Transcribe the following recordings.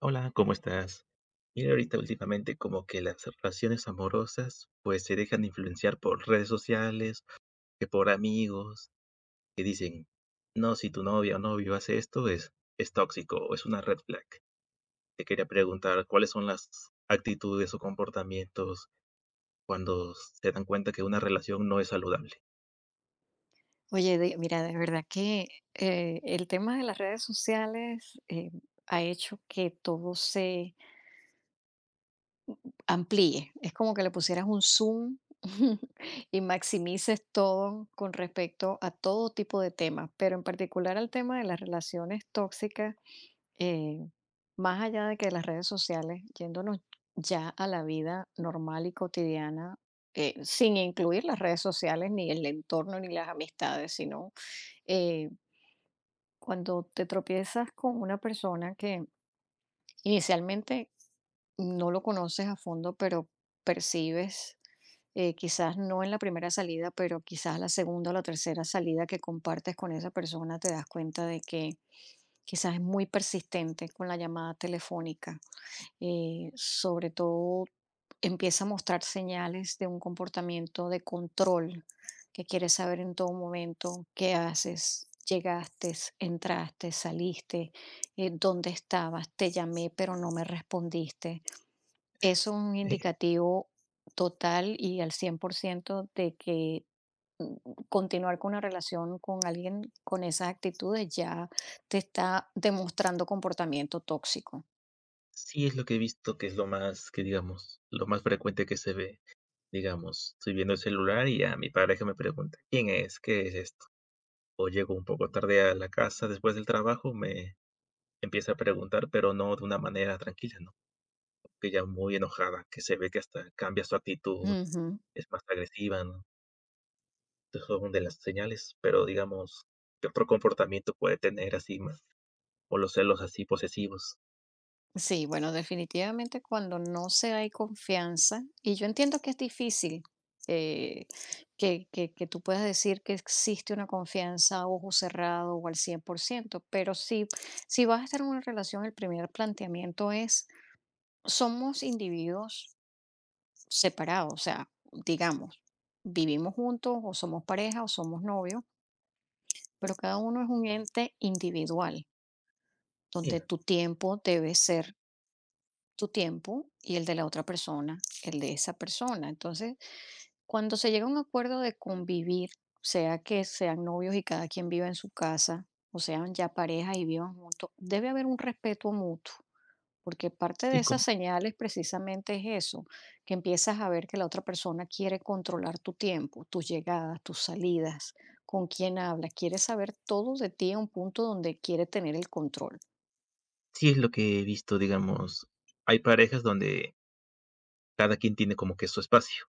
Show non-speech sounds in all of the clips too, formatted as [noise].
Hola, ¿cómo estás? Mira, ahorita últimamente como que las relaciones amorosas pues se dejan influenciar por redes sociales, que por amigos, que dicen, no, si tu novia o novio hace esto es tóxico o es una red flag. Te quería preguntar cuáles son las actitudes o comportamientos cuando se dan cuenta que una relación no es saludable. Oye, mira, de verdad que el tema de las redes sociales ha hecho que todo se amplíe. Es como que le pusieras un zoom [laughs] y maximices todo con respecto a todo tipo de temas, pero en particular al tema de las relaciones tóxicas, eh, más allá de que las redes sociales, yéndonos ya a la vida normal y cotidiana, sin incluir las redes sociales, ni el entorno, ni las amistades, sino... eh, cuando te tropiezas con una persona que inicialmente no lo conoces a fondo, pero percibes, quizás no en la primera salida, pero quizás la segunda o la tercera salida que compartes con esa persona, te das cuenta de que quizás es muy persistente con la llamada telefónica sobre todo empieza a mostrar señales de un comportamiento de control, que quiere saber en todo momento qué haces, llegaste, entraste, saliste, dónde estabas, te llamé pero no me respondiste. Eso es un Eh, indicativo total y al 100% de que mm, continuar con una relación con alguien con esas actitudes ya te está demostrando comportamiento tóxico. sí, es lo que he visto que es lo más, que digamos, lo más frecuente que se ve. Digamos, estoy viendo el celular y a mi pareja me pregunta, ¿quién es? ¿Qué es esto? O llego un poco tarde a la casa después del trabajo, me empieza a preguntar, pero no de una manera tranquila, ¿no? Que ya muy enojada, que se ve que hasta cambia su actitud, Ujú. es más agresiva, ¿no? Esas son de las señales, pero digamos, ¿qué otro comportamiento puede tener así más? O los celos así posesivos. Sí, bueno, definitivamente cuando no se hay confianza, y yo entiendo que es difícil eh, que tú puedas decir que existe una confianza a ojo cerrado o al 100%, pero si vas a estar en una relación, el primer planteamiento es, somos individuos separados, o sea, digamos, vivimos juntos o somos pareja o somos novios, pero cada uno es un ente individual, Sí, donde no, tu tiempo debe ser tu tiempo y el de la otra persona, el de esa persona. Entonces, cuando se llega a un acuerdo de convivir, sea que sean novios y cada quien viva en su casa, o sean ya parejas y vivan juntos, debe haber un respeto mutuo, porque parte de sí, esas señales precisamente es eso, que empiezas a ver que la otra persona quiere controlar tu tiempo, tus llegadas, tus salidas, con quién habla, quiere saber todo de ti a un punto donde quiere tener el control. sí es lo que he visto, digamos. Hay parejas donde cada quien tiene como que su espacio,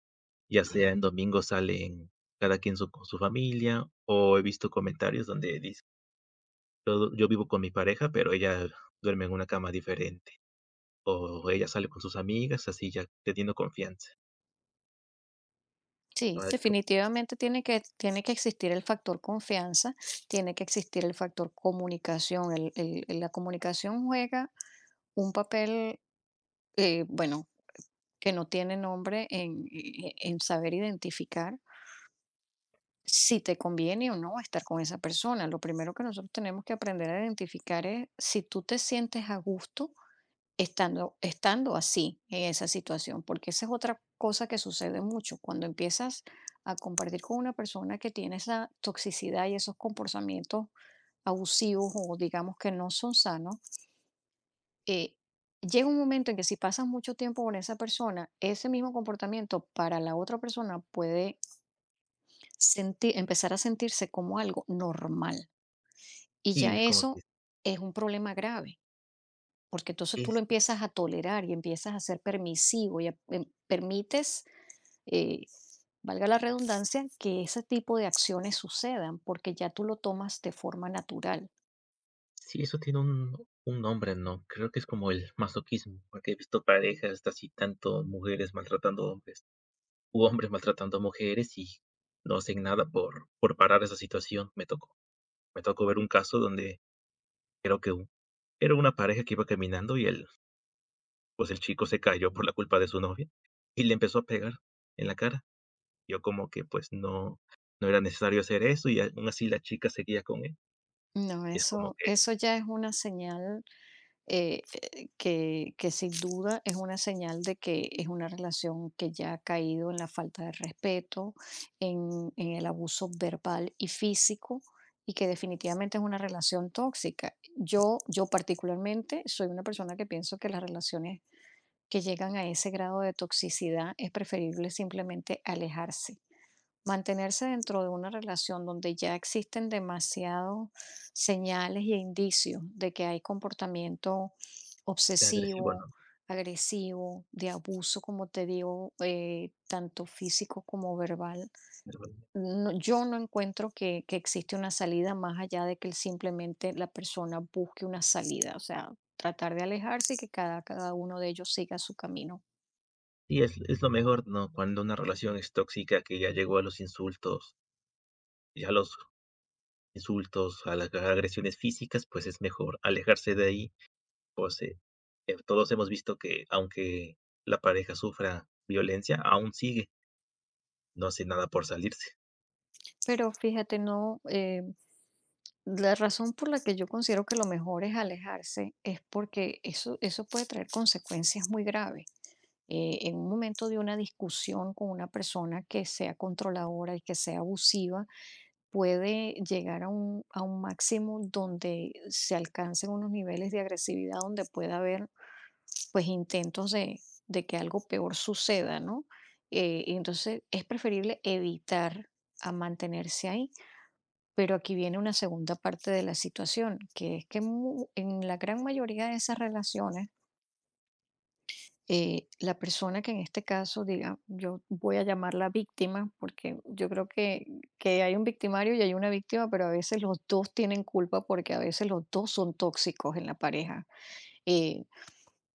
ya sea en domingo salen con su familia, o he visto comentarios donde dicen: yo vivo con mi pareja, pero ella duerme en una cama diferente, o ella sale con sus amigas, así ya teniendo confianza. Sí, Ay, co definitivamente tiene que existir el factor confianza, tiene que existir el factor comunicación. La comunicación juega un papel, bueno, que no tiene nombre en saber identificar si te conviene o no estar con esa persona. Lo primero que nosotros tenemos que aprender a identificar es si tú te sientes a gusto estando así, en esa situación, porque esa es otra cosa que sucede mucho, cuando empiezas a compartir con una persona que tiene esa toxicidad y esos comportamientos abusivos o digamos que no son sanos, eh, llega un momento en que si pasas mucho tiempo con esa persona, ese mismo comportamiento para la otra persona puede sentir empezar a sentirse como algo normal, y ya sí, como que eso es un problema grave. Porque entonces tú lo es empiezas a tolerar y empiezas a ser permisivo y permites, eh, valga la redundancia, que ese tipo de acciones sucedan porque ya tú lo tomas de forma natural. Sí, eso tiene un nombre, ¿no? Creo que es como el masoquismo, porque he visto parejas así, tanto mujeres maltratando hombres, u hombres maltratando a mujeres y no hacen nada por parar esa situación. Me tocó ver un caso donde creo que un era una pareja que iba caminando y el, pues, el chico se cayó por la culpa de su novia y le empezó a pegar en la cara. Yo como que, pues, no era necesario hacer eso, y aún así la chica seguía con él, No, y es como eso, que eso ya es una señal eh, que sin duda es una señal de que es una relación que ya ha caído en la falta de respeto, en el abuso verbal y físico, y que definitivamente es una relación tóxica. Yo particularmente soy una persona que pienso que las relaciones que llegan a ese grado de toxicidad es preferible simplemente alejarse. Mantenerse dentro de una relación donde ya existen demasiados señales y indicios de que hay comportamiento agresivo, obsesivo, ¿no? agresivo, de abuso, como te digo, tanto físico como verbal. Yo no encuentro que existe una salida más allá de que simplemente la persona busque una salida, o sea, tratar de alejarse y que cada uno de ellos siga su camino. Y es lo mejor, ¿no? Cuando una relación es tóxica, que ya llegó a los insultos, ya los insultos, a las agresiones físicas, pues es mejor alejarse de ahí, pues, todos hemos visto que aunque la pareja sufra violencia, aún sigue, no hace nada por salirse, Pero fíjate, no, la razón por la que yo considero que lo mejor es alejarse es porque eso puede traer consecuencias muy graves. En un momento de una discusión con una persona que sea controladora y que sea abusiva, puede llegar a un máximo donde se alcancen unos niveles de agresividad, donde pueda haber pues intentos de que algo peor suceda, ¿no? Y entonces es preferible evitar a mantenerse ahí, pero aquí viene una segunda parte de la situación, que es que en la gran mayoría de esas relaciones, la persona que en este caso diga, yo voy a llamarla víctima, porque yo creo que hay un victimario y hay una víctima, pero a veces los dos tienen culpa porque a veces los dos son tóxicos en la pareja. Eh,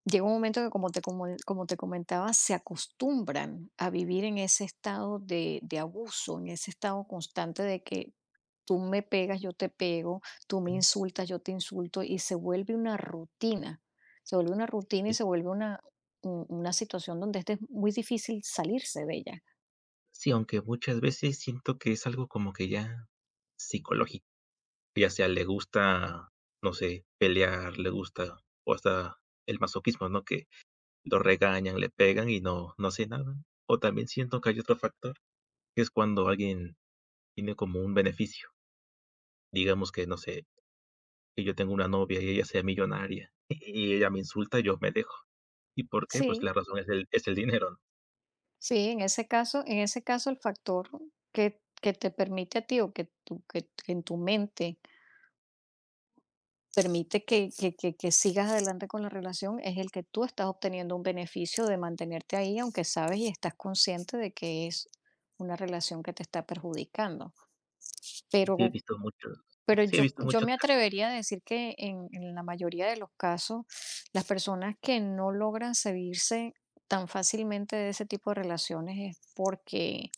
llega un momento que, como te comentaba, se acostumbran a vivir en ese estado de abuso, en ese estado constante de que tú me pegas, yo te pego, tú me ¿no? insultas, yo te insulto, y se vuelve una rutina, Es- se vuelve una situación donde este es muy difícil salirse de ella. Sí, aunque muchas veces siento que es algo como que ya psicológico. Ya sea le gusta, no sé, pelear, le gusta, o hasta el masoquismo, ¿no? Que lo regañan, le pegan y no, no hace nada. O también siento que hay otro factor, que es cuando alguien tiene como un beneficio. Digamos que, no sé, que yo tengo una novia y ella sea millonaria [laughs] y ella me insulta, yo me dejo. ¿Y por qué? Pues Sí, la razón es el dinero, ¿no? sí, en ese caso el factor que te permite a ti o que en tu mente permite que sigas adelante con la relación es el que tú estás obteniendo un beneficio de mantenerte ahí, aunque sabes y estás consciente de que es una relación que te está perjudicando. Sí, he Pero visto muchos, sí he yo visto yo muchos me casos. atrevería a decir que en la mayoría de los casos, las personas que no logran salirse tan fácilmente de ese tipo de relaciones es porque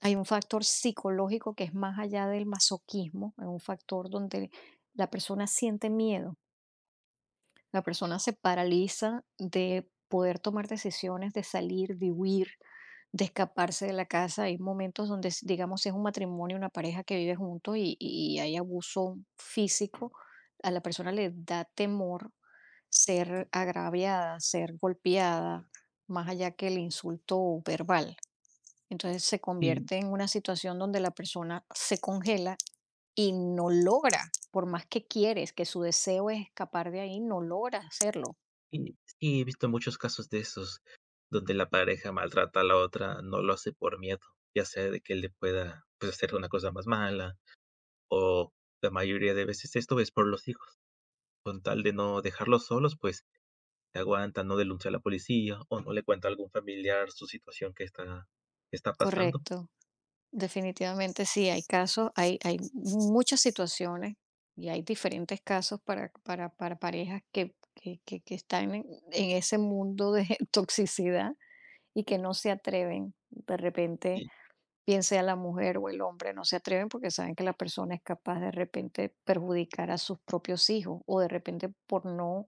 hay un factor psicológico que es más allá del masoquismo, es un factor donde la persona siente miedo. La persona se paraliza de poder tomar decisiones, de salir, de huir, de escaparse de la casa. Hay momentos donde, digamos, es un matrimonio, una pareja que vive juntos y hay abuso físico, a la persona le da temor ser agraviada, ser golpeada, más allá que el insulto verbal. Entonces se Sí. convierte en una situación donde la persona se congela y no logra, por más que quieres, que su deseo es escapar de ahí, no logra hacerlo. Y sí, he visto muchos casos de esos, donde la pareja maltrata a la otra, no lo hace por miedo, ya sea de que le pueda, pues, hacer una cosa más mala, o la mayoría de veces esto es por los hijos, con tal de no dejarlos solos, pues, se aguantan, no denuncia a la policía, o no le cuenta a algún familiar su situación que está pasando. Correcto, definitivamente sí, hay casos, hay muchas situaciones y hay diferentes casos para parejas que están en ese mundo de [laughs] toxicidad y que no se atreven de repente, Y bien sea la mujer o el hombre, no se atreven porque saben que la persona es capaz de repente perjudicar a sus propios hijos o de repente por no,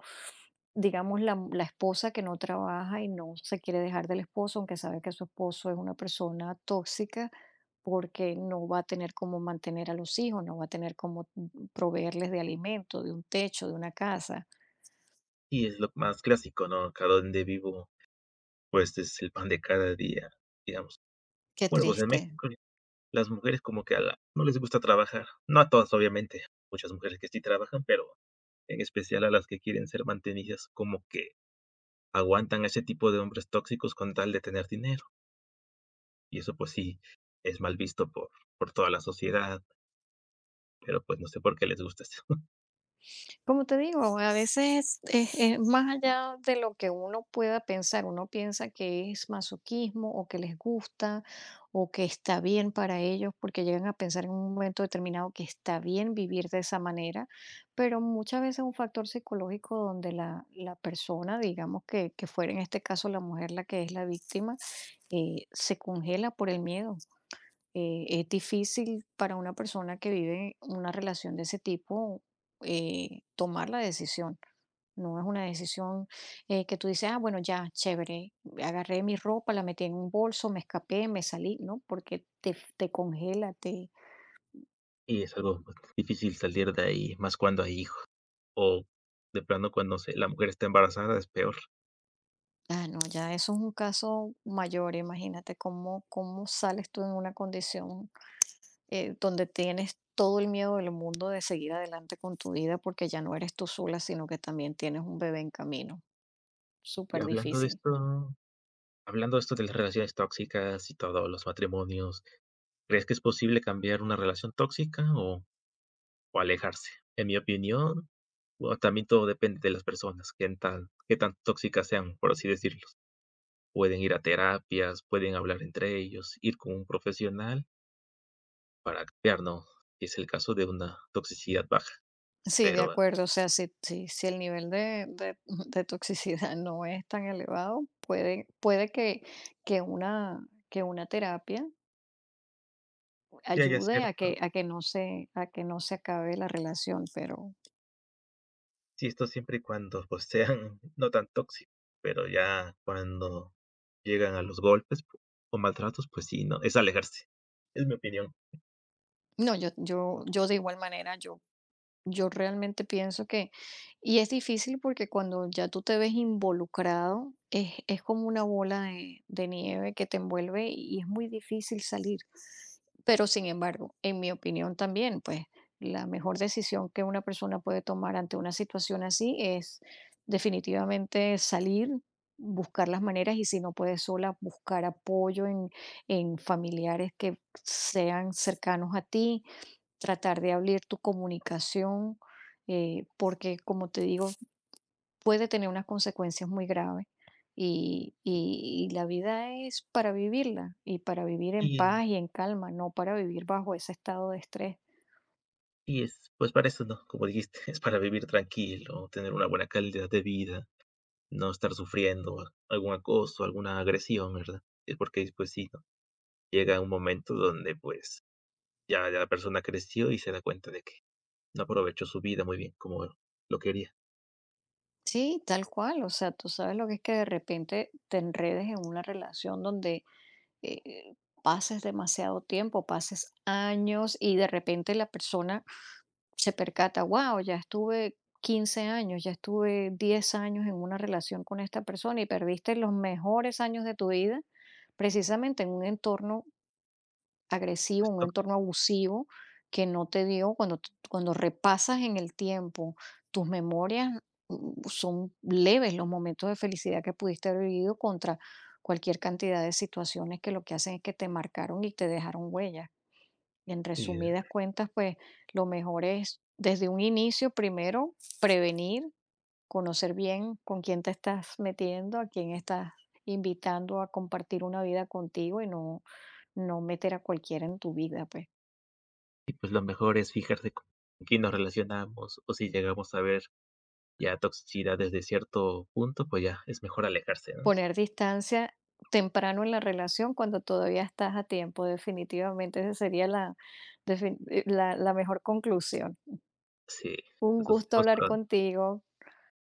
digamos, la esposa que no trabaja y no se quiere dejar del esposo, aunque sabe que su esposo es una persona tóxica porque no va a tener cómo mantener a los hijos, no va a tener cómo proveerles de alimento, de un techo, de una casa. y es lo más clásico, ¿no? Acá donde vivo, pues, es el pan de cada día, digamos. Qué Bueno, pues, en México triste. las mujeres como que a la no les gusta trabajar, no a todas, obviamente, muchas mujeres que sí trabajan, pero en especial a las que quieren ser mantenidas, como que aguantan a ese tipo de hombres tóxicos con tal de tener dinero, y eso, pues sí, es mal visto por toda la sociedad, pero, pues, no sé por qué les gusta eso. [laughs] Como te digo, a veces es más allá de lo que uno pueda pensar. Uno piensa que es masoquismo o que les gusta o que está bien para ellos porque llegan a pensar en un momento determinado que está bien vivir de esa manera, pero muchas veces es un factor psicológico donde la persona, digamos que fuera en este caso la mujer la que es la víctima, se congela por el miedo. Es difícil para una persona que vive una relación de ese tipo tomar la decisión. No es una decisión que tú dices, ah, bueno, ya, chévere, agarré mi ropa, la metí en un bolso, me escapé, me salí, ¿no? Porque te congela, te... Y es algo, pues, difícil salir de ahí, más cuando hay hijos, o de plano cuando se la mujer está embarazada, es peor. Ah, no, ya eso es un caso mayor, imagínate cómo, cómo sales tú en una condición donde tienes todo el miedo del mundo de seguir adelante con tu vida porque ya no eres tú sola, sino que también tienes un bebé en camino. Y Súper hablando de difícil. esto Hablando de esto de las relaciones tóxicas y todo, los matrimonios, ¿crees que es posible cambiar una relación tóxica o alejarse? En mi opinión, bueno, también todo depende de las personas, qué tan tóxicas sean, por así decirlo. Pueden ir a terapias, pueden hablar entre ellos, ir con un profesional para cambiar, ¿no? Si es el caso de una toxicidad baja, Sí, de pero bueno, acuerdo. O sea, si el nivel [laughs] de toxicidad no es tan elevado, puede, puede que una terapia que haya ayude cierta, a que no se, a que no se acabe la relación. Pero sí, esto siempre y cuando, [laughs] pues, sean no tan tóxicos, pero ya cuando llegan a los golpes o maltratos, pues sí, no, es alejarse, es mi opinión. no, yo de igual manera, yo realmente pienso que y es difícil porque cuando ya tú te ves involucrado, es como una bola de nieve que te envuelve y es muy difícil salir. Pero, sin embargo, en mi opinión también, pues, la mejor decisión que una persona puede tomar ante una situación así es definitivamente salir, buscar las maneras y si no puedes sola, buscar apoyo en familiares que sean cercanos a ti, tratar de abrir tu comunicación, porque como te digo, puede tener unas consecuencias muy graves y, y la vida es para vivirla y para vivir en Y paz y en calma, no para vivir bajo ese estado de estrés. Y es, pues para eso, no, como dijiste, [laughs] es para vivir tranquilo, tener una buena calidad de vida, no estar sufriendo algún acoso, alguna agresión, ¿verdad? Es porque, pues sí, ¿no? Llega un momento donde, pues, ya la persona creció y se da cuenta de que no aprovechó su vida muy bien como lo quería. Sí, tal cual, o sea, tú sabes lo que es que de repente te enredes en una relación donde eh, pases demasiado tiempo, pases años y de repente la persona se percata, wow, ya estuve 15 años, ya estuve 10 años en una relación con esta persona y perdiste los mejores años de tu vida precisamente en un entorno agresivo, Pues, un ¿no? entorno abusivo que no te dio, cuando repasas en el tiempo tus memorias, son leves los momentos de felicidad que pudiste haber vivido contra cualquier cantidad de situaciones que lo que hacen es que te marcaron y te dejaron huellas. En Y, resumidas cuentas, pues lo mejor es desde un inicio, primero, prevenir, conocer bien con quién te estás metiendo, a quién estás invitando a compartir una vida contigo y no, no meter a cualquiera en tu vida, pues. y, pues lo mejor es fijarse con quién nos relacionamos o si llegamos a ver ya toxicidad desde cierto punto, pues ya es mejor alejarse, ¿no? Poner distancia temprano en la relación cuando todavía estás a tiempo, definitivamente esa sería la, la, la mejor conclusión. Sí. Un Entonces, gusto hablar contigo.